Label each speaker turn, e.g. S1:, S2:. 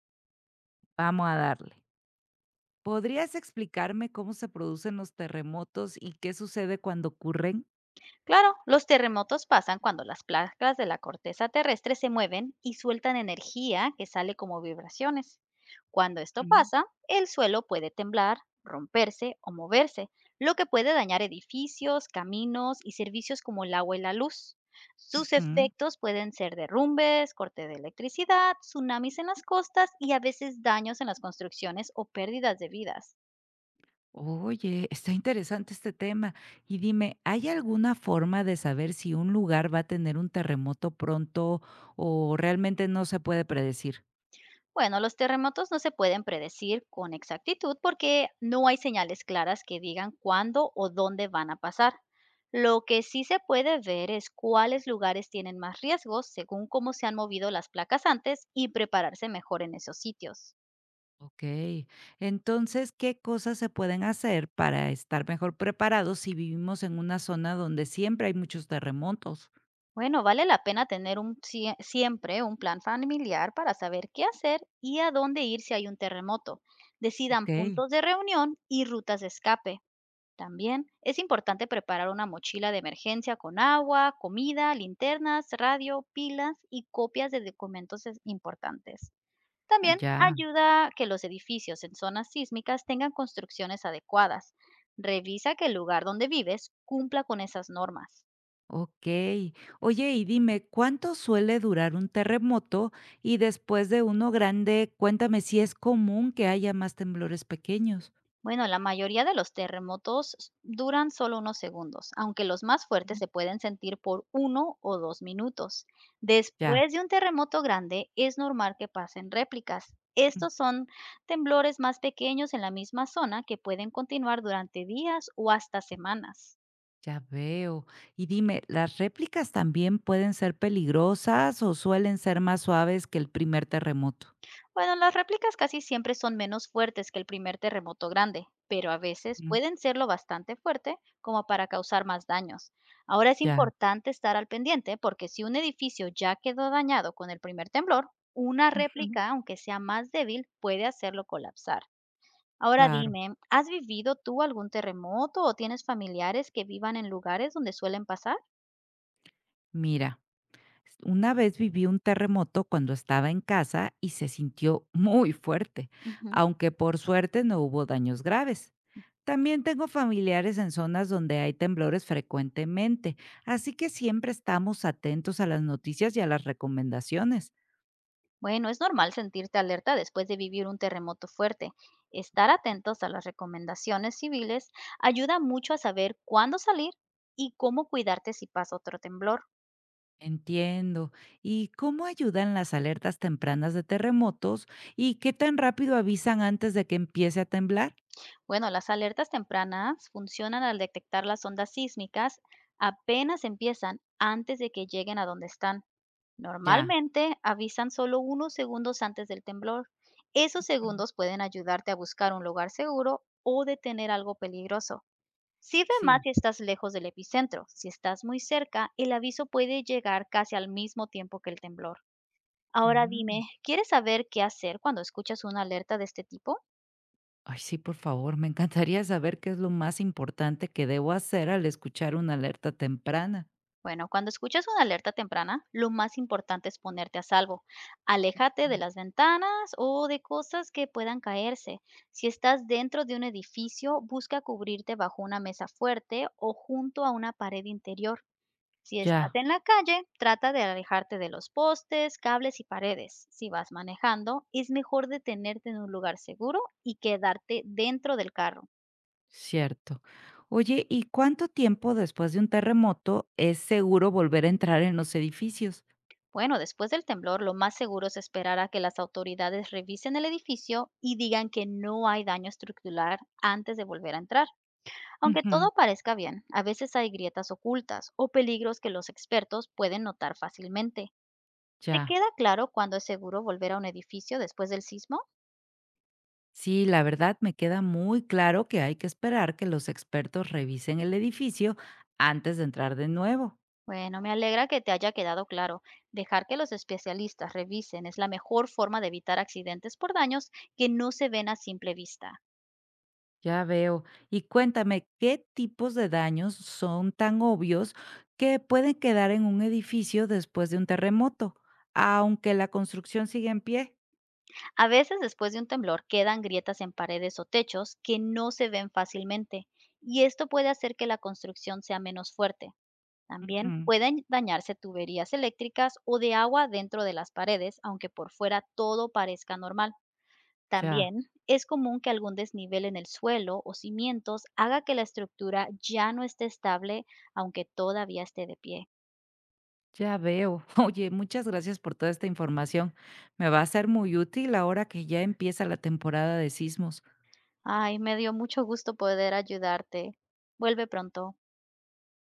S1: Vamos a darle. ¿Podrías explicarme cómo se producen los terremotos y qué sucede cuando ocurren?
S2: Claro, los terremotos pasan cuando las placas de la corteza terrestre se mueven y sueltan energía que sale como vibraciones. Cuando esto
S1: Ujú,
S2: pasa, el suelo puede temblar, romperse o moverse, lo que puede dañar edificios, caminos y servicios como el agua y la luz. Sus
S1: ujú.
S2: efectos pueden ser derrumbes, corte de electricidad, tsunamis en las costas y a veces daños en las construcciones o pérdidas de vidas.
S1: Oye, está interesante este tema. Y dime, ¿hay alguna forma de saber si un lugar va a tener un terremoto pronto o realmente no se puede predecir?
S2: Bueno, los terremotos no se pueden predecir con exactitud porque no hay señales claras que digan cuándo o dónde van a pasar. Lo que sí se puede ver es cuáles lugares tienen más riesgos según cómo se han movido las placas antes y prepararse mejor en esos sitios.
S1: Ok, entonces, ¿qué cosas se pueden hacer para estar mejor preparados si vivimos en una zona donde siempre hay muchos terremotos?
S2: Bueno, vale la pena tener siempre un plan familiar para saber qué hacer y a dónde ir si hay un terremoto. Decidan
S1: Ok,
S2: puntos de reunión y rutas de escape. También es importante preparar una mochila de emergencia con agua, comida, linternas, radio, pilas y copias de documentos importantes. También
S1: ya.
S2: ayuda a que los edificios en zonas sísmicas tengan construcciones adecuadas. Revisa que el lugar donde vives cumpla con esas normas.
S1: Okey. Oye, y dime, ¿cuánto suele durar un terremoto? Y después de uno grande, cuéntame si es común que haya más temblores pequeños.
S2: Bueno, la mayoría de los terremotos duran solo unos segundos, aunque los más fuertes
S1: Mm.
S2: se pueden sentir por uno o dos minutos.
S1: Ya,
S2: Después de un terremoto grande, es normal que pasen réplicas.
S1: mm,
S2: Estos son temblores más pequeños en la misma zona que pueden continuar durante días o hasta semanas.
S1: ya veo. Y dime, ¿las réplicas también pueden ser peligrosas o suelen ser más suaves que el primer terremoto?
S2: Bueno, las réplicas casi siempre son menos fuertes que el primer terremoto grande, pero a veces
S1: Mm.
S2: pueden serlo bastante fuerte como para causar más daños. Ahora es
S1: Ya.
S2: importante estar al pendiente porque si un edificio ya quedó dañado con el primer temblor, una
S1: Ujú.
S2: réplica, aunque sea más débil, puede hacerlo colapsar. Ahora
S1: Claro,
S2: dime, ¿has vivido tú algún terremoto o tienes familiares que vivan en lugares donde suelen pasar?
S1: mira. Una vez viví un terremoto cuando estaba en casa y se sintió muy fuerte,
S2: Ujú.
S1: aunque por suerte no hubo daños graves. También tengo familiares en zonas donde hay temblores frecuentemente, así que siempre estamos atentos a las noticias y a las recomendaciones.
S2: Bueno, es normal sentirte alerta después de vivir un terremoto fuerte. Estar atentos a las recomendaciones civiles ayuda mucho a saber cuándo salir y cómo cuidarte si pasa otro temblor.
S1: Entiendo. ¿Y cómo ayudan las alertas tempranas de terremotos y qué tan rápido avisan antes de que empiece a temblar?
S2: Bueno, las alertas tempranas funcionan al detectar las ondas sísmicas apenas empiezan antes de que lleguen a donde están.
S1: Ya.
S2: Normalmente avisan solo unos segundos antes del temblor. Esos
S1: Mm,
S2: segundos pueden ayudarte a buscar un lugar seguro o detener algo peligroso. Sirve más
S1: Sí.
S2: si remas y estás lejos del epicentro. Si estás muy cerca, el aviso puede llegar casi al mismo tiempo que el temblor. Ahora dime,
S1: Mm.
S2: ¿quieres saber qué hacer cuando escuchas una alerta de este tipo?
S1: Ay, sí, por favor, me encantaría saber qué es lo más importante que debo hacer al escuchar una alerta temprana.
S2: Bueno, cuando escuchas una alerta temprana, lo más importante es ponerte a salvo. Aléjate de las ventanas o de cosas que puedan caerse. Si estás dentro de un edificio, busca cubrirte bajo una mesa fuerte o junto a una pared interior. Si estás
S1: Ya,
S2: en la calle, trata de alejarte de los postes, cables y paredes. Si vas manejando, es mejor detenerte en un lugar seguro y quedarte dentro del carro.
S1: cierto. Oye, ¿y cuánto tiempo después de un terremoto es seguro volver a entrar en los edificios?
S2: Bueno, después del temblor, lo más seguro es esperar a que las autoridades revisen el edificio y digan que no hay daño estructural antes de volver a entrar. Aunque
S1: Ujú,
S2: todo parezca bien, a veces hay grietas ocultas o peligros que los expertos pueden notar fácilmente. ¿Te
S1: ya.
S2: queda claro cuándo es seguro volver a un edificio después del sismo?
S1: Sí, la verdad me queda muy claro que hay que esperar que los expertos revisen el edificio antes de entrar de nuevo.
S2: Bueno, me alegra que te haya quedado claro. Dejar que los especialistas revisen es la mejor forma de evitar accidentes por daños que no se ven a simple vista.
S1: Ya veo. Y cuéntame, ¿qué tipos de daños son tan obvios que pueden quedar en un edificio después de un terremoto, aunque la construcción siga en pie?
S2: A veces después de un temblor quedan grietas en paredes o techos que no se ven fácilmente y esto puede hacer que la construcción sea menos fuerte. También
S1: Ujú,
S2: pueden dañarse tuberías eléctricas o de agua dentro de las paredes, aunque por fuera todo parezca normal.
S1: ya,
S2: También es común que algún desnivel en el suelo o cimientos haga que la estructura ya no esté estable, aunque todavía esté de pie.
S1: ya veo. Oye, muchas gracias por toda esta información. Me va a ser muy útil ahora que ya empieza la temporada de sismos.
S2: Ay, me dio mucho gusto poder ayudarte. Vuelve pronto.